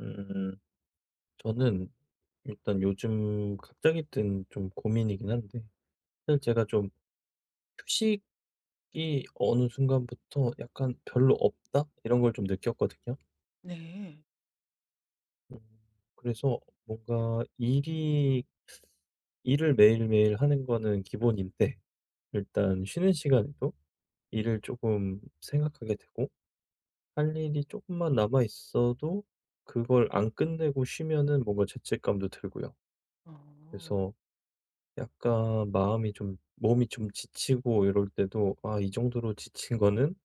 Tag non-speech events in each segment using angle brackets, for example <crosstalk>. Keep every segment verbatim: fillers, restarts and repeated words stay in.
음 저는 일단 요즘 갑자기 든 좀 고민이긴 한데, 사실 제가 좀 '휴식이 어느 순간부터 약간 별로 없다.' 이런 걸 좀 느꼈거든요. 네. 음 그래서 뭔가 일이 일을 매일매일 하는 거는 기본인데, 일단 쉬는 시간에도 일을 조금 생각하게 되고, 할 일이 조금만 남아 있어도 그걸 안 끝내고 쉬면은 뭔가 죄책감도 들고요. 어. 그래서 약간 마음이 좀, 몸이 좀 지치고 이럴 때도 '아, 이 정도로 지친 거는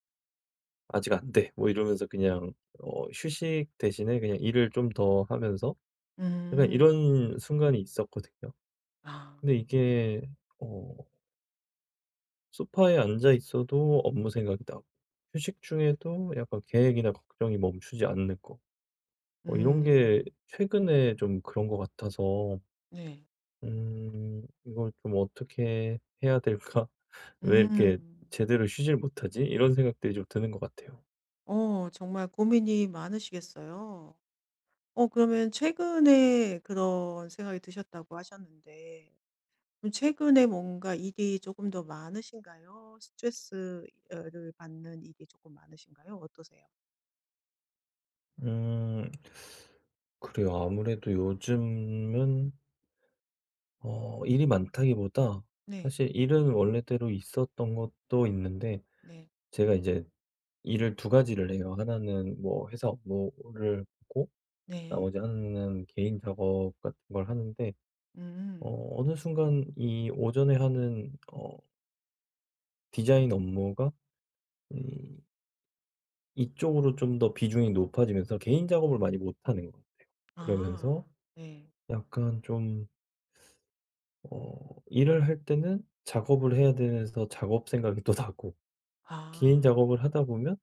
아직 안 돼.' 뭐 이러면서 그냥 어 휴식 대신에 그냥 일을 좀 더 하면서, 약간 음. 이런 순간이 있었거든요. 아. 근데 이게 어 소파에 앉아 있어도 업무 생각이 나고, 휴식 중에도 약간 계획이나 걱정이 멈추지 않는 거, 어 이런 게 음. 최근에 좀 그런 것 같아서 네. 음. 이걸 좀 어떻게 해야 될까? <laughs> '왜 이렇게 음. 제대로 쉬질 못하지?' 이런 생각들이 좀 드는 것 같아요. 어 정말 고민이 많으시겠어요. 어 그러면 최근에 그런 생각이 드셨다고 하셨는데 그럼 최근에 뭔가 일이 조금 더 많으신가요? 스트레스 어 를 받는 일이 조금 많으신가요? 어떠세요? 음. 그래요. 아무래도 요즘은 어 일이 많다기보다 네. 사실 일은 원래대로 있었던 것도 있는데, 네. 제가 이제 일을 두 가지를 해요. 하나는 뭐 회사 업무를 하고, 네. 나머지 하나는 개인 작업 같은 걸 하는데, 음. 어 어느 순간 이 오전에 하는 어 디자인 업무가 음 이쪽으로 좀 더 비중이 높아지면서 개인 작업을 많이 못 하는 것 같아요. 아. 그러면서 네. 약간 좀 어 일을 할 때는 작업을 해야 돼서 작업 생각이 또 나고, 개인 아. 작업을 하다 보면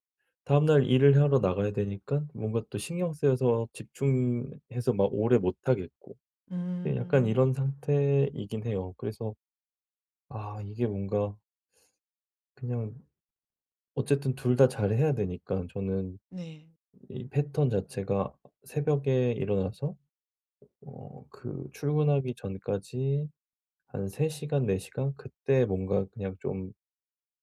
다음 날 일을 하러 나가야 되니까 뭔가 또 신경 쓰여서 집중해서 막 오래 못 하겠고, 예 약간 이런 음. 상태이긴 해요. 그래서 아, 이게 뭔가 그냥 어쨌든 둘 다 잘해야 되니까, 저는 네. 이 패턴 자체가 새벽에 일어나서 어 그 출근하기 전까지 한 세 시간, 네 시간 그때 뭔가 그냥 좀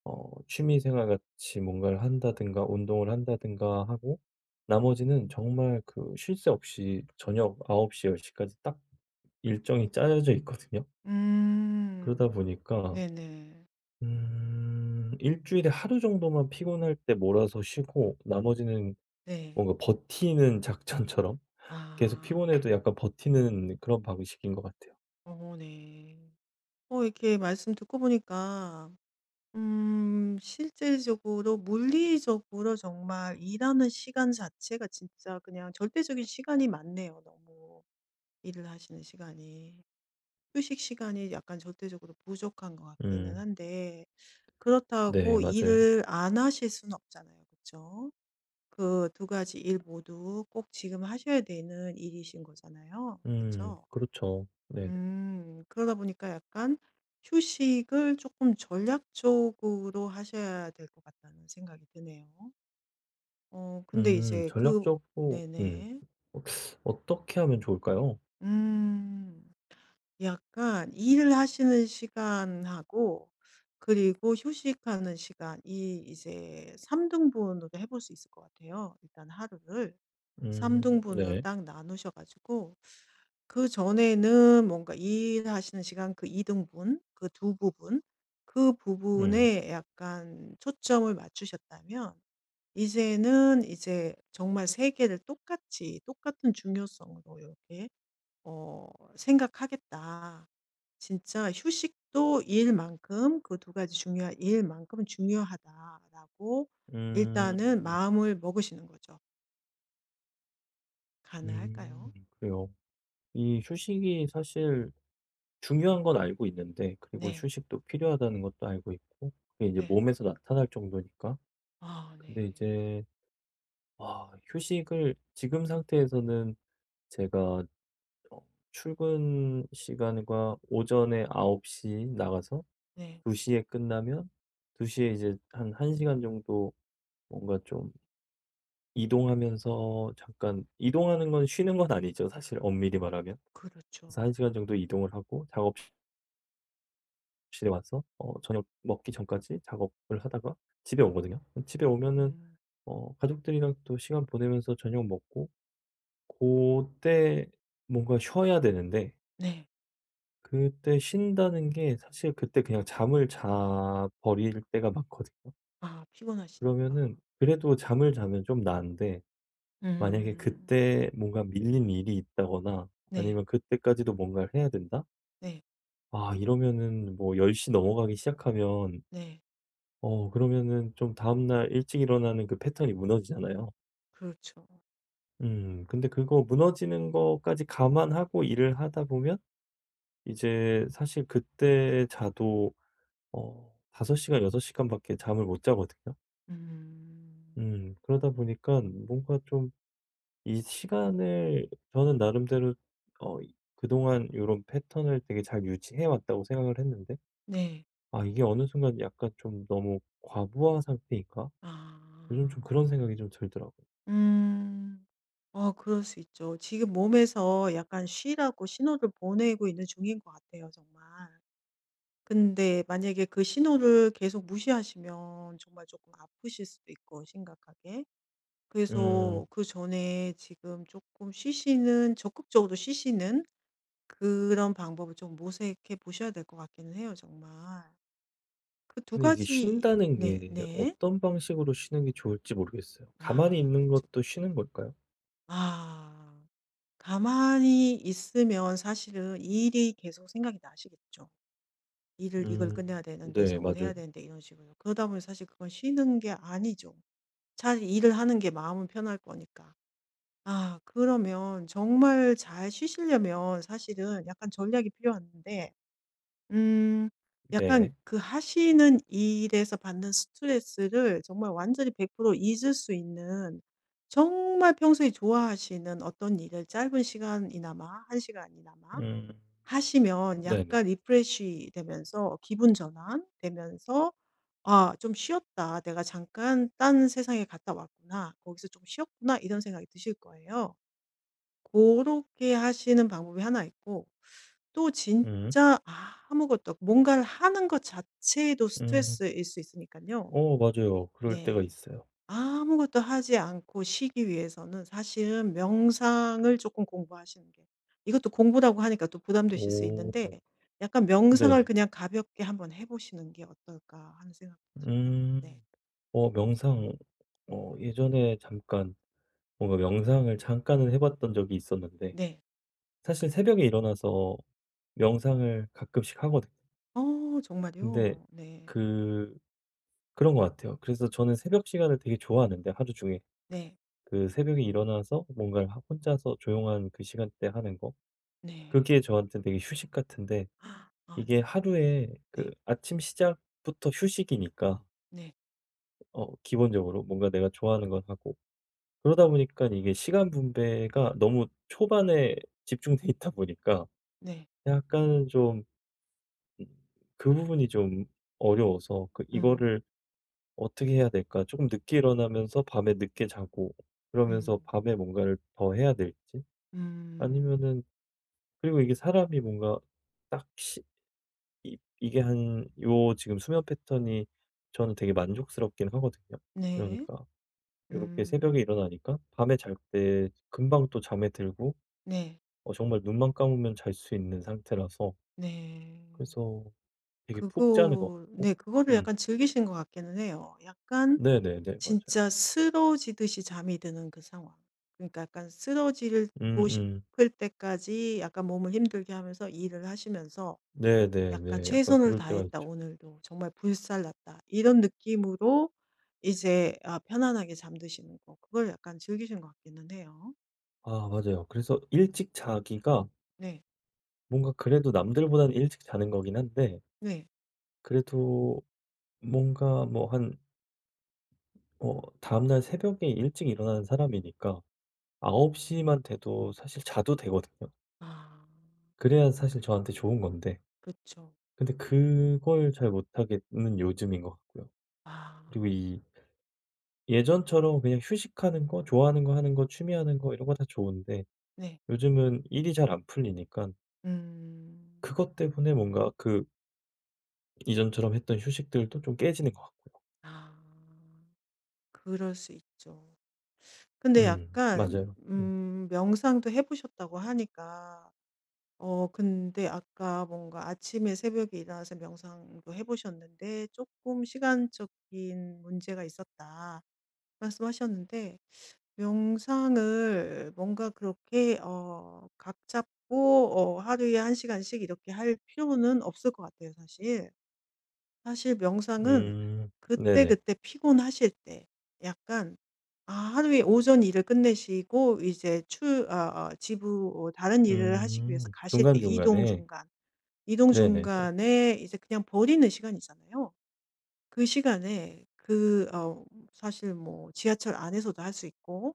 어 취미 생활 같이 뭔가를 한다든가 운동을 한다든가 하고, 나머지는 정말 그 쉴 새 없이 저녁 아홉 시, 열 시까지 딱 일정이 짜여져 있거든요. 그러다 음. 보니까 네네. 음 일주일에 하루 정도만 피곤할 때 몰아서 쉬고, 나머지는 네. 뭔가 버티는 작전처럼 계속 아. 피곤해도 약간 버티는 그런 방식인 것 같아요. 어 네. 어 이렇게 말씀 듣고 보니까 음 실질적으로 물리적으로 정말 일하는 시간 자체가 진짜 그냥 절대적인 시간이 많네요 너무. 일을 하시는 시간이. 휴식 시간이 약간 절대적으로 부족한 것 같기는 음. 한데 네, 그렇다고 맞아요. 일을 안 하실 수는 없잖아요. 그쵸? 그 두 가지 일 모두 꼭 지금 하셔야 되는 일이신 거잖아요. 음, 그쵸? 그렇죠. 네네. 음. 그러다 보니까 약간 휴식을 조금 전략적으로 하셔야 될 것 같다는 생각이 드네요. 어 근데 음, 이제 그. 전략적으로, 음, 네네. 어, 어떻게 하면 좋을까요? 음. 약간 일을 하시는 시간하고 그리고 휴식하는 시간 이 이제 삼 등분으로 해볼 수 있을 것 같아요 일단 하루를. 삼 음, 등분으로 네. 딱 나누셔 가지고 그전에는 뭔가 일하시는 시간 그 이등분 그 두 부분 그 음, 부분에 약간 초점을 맞추셨다면 이제는 이제 정말 세 개를 똑같이 똑같은 중요성으로 이렇게 어 생각하겠다. 진짜 휴식도 일만큼 그 두 가지 중요한 일만큼 중요하다라고 음, 일단은 마음을 먹으시는 거죠. 가능할까요? 음, 그래요. 이 휴식이 사실 중요한 건 알고 있는데, 그리고 네. 휴식도 필요하다는 것도 알고 있고, 그게 이제 네. 몸에서 나타날 정도니까. 아 근데 네. 이제, 아, 휴식을 지금 상태에서는 제가 어, 출근 시간과 오전에 아홉 시 나가서 네. 두 시에 끝나면, 두 시에 이제 한 1 시간 정도 뭔가 좀 이동하면서, 잠깐 이동하는 건 쉬는 건 아니죠 사실 엄밀히 말하면. 그래서 그렇죠. 한 시간 정도 이동을 하고 작업실에 와서 어 저녁 먹기 전까지 작업을 하다가 집에 오거든요. 그럼 집에 오면은 음. 어 가족들이랑 또 시간 보내면서 저녁 먹고 고때 뭔가 쉬어야 되는데, 네. 그때 쉰다는 게 사실 그때 그냥 잠을 자 버릴 때가 많거든요. 아 피곤하시니까. 그러면은 그래도 잠을 자면 좀 나은데 만약에 음. 그때 뭔가 밀린 일이 있다거나, 네. 아니면 그때까지도 뭔가를 해야 된다? 네. 아 이러면은 뭐 열 시 넘어가기 시작하면, 네. 어 그러면은 좀 다음날 일찍 일어나는 그 패턴이 무너지잖아요. 그렇죠. 음 근데 그거 무너지는 거까지 감안하고 일을 하다 보면 이제 사실 그때 자도 어 다섯 시간 여섯 시간밖에 잠을 못 자거든요. 음. 음 그러다 보니까 뭔가 좀 이 시간을 저는 나름대로 어 이 그동안 이런 패턴을 되게 잘 유지해 왔다고 생각을 했는데 네. '아, 이게 어느 순간 약간 좀 너무 과부하 상태인가?' 아. 요즘 좀 그런 생각이 좀 들더라고요. 음. 어 그럴 수 있죠. 지금 몸에서 약간 쉬라고 신호를 보내고 있는 중인 것 같아요 정말. 근데 만약에 그 신호를 계속 무시하시면 정말 조금 아프실 수도 있고 심각하게. 음. 그래서 그전에 지금 조금 쉬시는 적극적으로 쉬시는 그런 방법을 좀 모색해 보셔야 될 것 같기는 해요, 정말. 그 두 근데 이게 가지 쉰다는 네 게 네. 어떤 방식으로 쉬는 게 좋을지 모르겠어요. 가만히 아 있는 그쵸, 것도 그쵸. 쉬는 걸까요? 아. 가만히 있으면 사실은 일이 계속 생각이 나시겠죠. 일을 이걸 음. 끝내야 되는데 네 저걸 해야 맞아요. 되는데 이런 식으로. 그러다 보면 사실 그건 쉬는 게 아니죠. 차라리 일을 하는 게 마음은 편할 거니까. 아 그러면 정말 잘 쉬시려면 사실은 약간 전략이 필요한데 음. 약간 네. 그 하시는 일에서 받는 스트레스를 정말 완전히 백 퍼센트 잊을 수 있는 정말 평소에 좋아하시는 어떤 일을 짧은 시간이나마 한 시간이나마 음. 하시면 네네. 약간 리프레시 되면서 기분 전환 되면서 '아 좀 쉬었다. 내가 잠깐 딴 세상에 갔다 왔구나. 거기서 좀 쉬었구나.' 이런 생각이 드실 거예요. 그렇게 하시는 방법이 하나 있고 또 음. 진짜 아무것도 없고 뭔가를 하는 것 자체도 음. 스트레스일 수 있으니까요. 어 맞아요. 그럴 때가 네. 있어요. 아무것도 하지 않고 쉬기 위해서는 사실은 명상을 조금 공부하시는 게 이것도 공부라고 하니까 또 부담되실 수 오. 있는데 약간 '명상을 네네. 그냥 가볍게 한번 해 보시는 게 어떨까.' 하는 생각도 들어요. 네. 음. 어 명상, 어 예전에 잠깐 뭔가 명상을 잠깐은 해 봤던 적이 있었는데 네. 사실 새벽에 일어나서 명상을 가끔씩 하거든요. 어 근데 정말요? 네. 그 그런 것 같아요. 그래서 저는 새벽 시간을 되게 좋아하는데 하루 중에. 네. 그 새벽에 일어나서 뭔가를 하 혼자서 조용한 그 시간대 하는 거. 네. 그게 저한테 되게 휴식 같은데 아 이게 네. 하루에 네. 그 아침 시작부터 휴식이니까, 네. 어 기본적으로 뭔가 내가 좋아하는 걸 하고, 그러다 보니까 이게 시간 분배가 너무 초반에 집중돼 있다 보니까, 네. 약간좀 음 그 부분이 좀 어려워서 그 음. 이거를 어떻게 해야 될까? 조금 늦게 일어나면서 밤에 늦게 자고 그러면서 음. 밤에 뭔가를 더 해야 될지, 음. 아니면은, 그리고 이게 사람이 뭔가 딱 시 이 이게 한 요 지금 수면 패턴이 저는 되게 만족스럽긴 하거든요. 네. 그러니까 이렇게 새벽에 음. 일어나니까 밤에 잘 때 금방 또 잠에 들고 네. 어 정말 눈만 감으면 잘 수 있는 상태라서, 네. 그래서 되게 푹 자는 것 그거 같고. 네 그거를 음. 약간 즐기신 것 같기는 해요. 약간 네네네. 맞아요. 진짜 쓰러지듯이 잠이 드는 그 상황. 그러니까 약간 쓰러지고 음음. 싶을 때까지 약간 몸을 힘들게 하면서 일을 하시면서 약간 네네네. 약간 '최선을 그럴 때가 다했다. 있죠. 오늘도. 정말 불살랐다.' 이런 느낌으로 이제 아 편안하게 잠드시는 거. 그걸 약간 즐기신 것 같기는 해요. 아 맞아요. 그래서 일찍 자기가 네. 뭔가 그래도 남들보다는 일찍 자는 거긴 한데, 네. 그래도 뭔가 뭐 한 어 다음날 새벽에 일찍 일어나는 사람이니까 아홉 시만 돼도 사실 자도 되거든요. 아 그래야 사실 저한테 좋은 건데 그쵸. 근데 그걸 잘 못하겠는 요즘인 것 같고요. 아 그리고 이 예전처럼 그냥 휴식하는 거, 좋아하는 거 하는 거, 취미하는 거 이런 거 다 좋은데, 네. 요즘은 일이 잘 안 풀리니까 음. 그것 때문에 뭔가 그 이전처럼 했던 휴식들도 좀 깨지는 것 같고요. 아 그럴 수 있죠. 근데 음, 약간 맞아요. 음. 음 명상도 해 보셨다고 하니까 어 근데 아까 뭔가 아침에 새벽에 일어나서 명상도 해 보셨는데 조금 시간적인 문제가 있었다." 말씀하셨는데 명상을 뭔가 그렇게 어 각 잡고 어 하루에 한 시간씩 이렇게 할 필요는 없을 것 같아요 사실. 사실 명상은 음. 네네. 그때그때 피곤하실 때 약간 아 하루에 오전 일을 끝내시고 이제 출 아 아 지부 어, 다른 일을 하시기 위해서 음. 가실 때 이동 중간중간에. 중간, 이동 네네네. 중간에 이제 그냥 버리는 시간이잖아요. 그 시간에 그 어 사실 뭐 지하철 안에서도 할 수 있고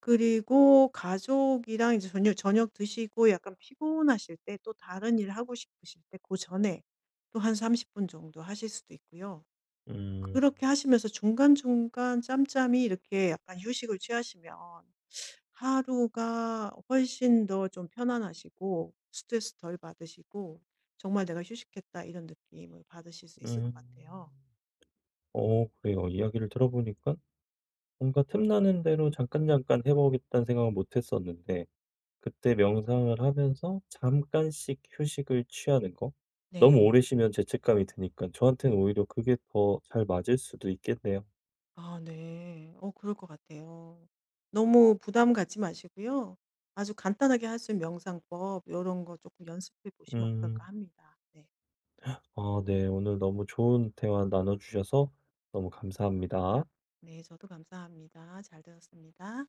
그리고 가족이랑 이제 저녁 저녁 드시고 약간 피곤하실 때 또 다른 일 하고 싶으실 때 그 전에 또 한 삼십 분 정도 하실 수도 있고요. 음. 그렇게 하시면서 중간중간 짬짬이 이렇게 약간 휴식을 취하시면 하루가 훨씬 더 좀 편안하시고 스트레스 덜 받으시고 정말 '내가 휴식했다.' 이런 느낌을 받으실 수 있을 것 같아요. 음. 어 그래요. 이야기를 들어보니까 뭔가 틈나는 대로 잠깐잠깐 해 보겠다는 생각은 못 했었는데 그때 명상을 하면서 잠깐씩 휴식을 취하는 거. 너무 네. 오래 쉬면 죄책감이 드니까 저한테는 오히려 그게 더 잘 맞을 수도 있겠네요. 아 네. 어 그럴 것 같아요. 너무 부담 갖지 마시고요. 아주 간단하게 할 수 있는 명상법 이런 거 조금 연습해 보시면 어떨까 음. 합니다. 네. 아 네. 오늘 너무 좋은 대화 나눠 주셔서 너무 감사합니다. 네 저도 감사합니다. 잘 들었습니다.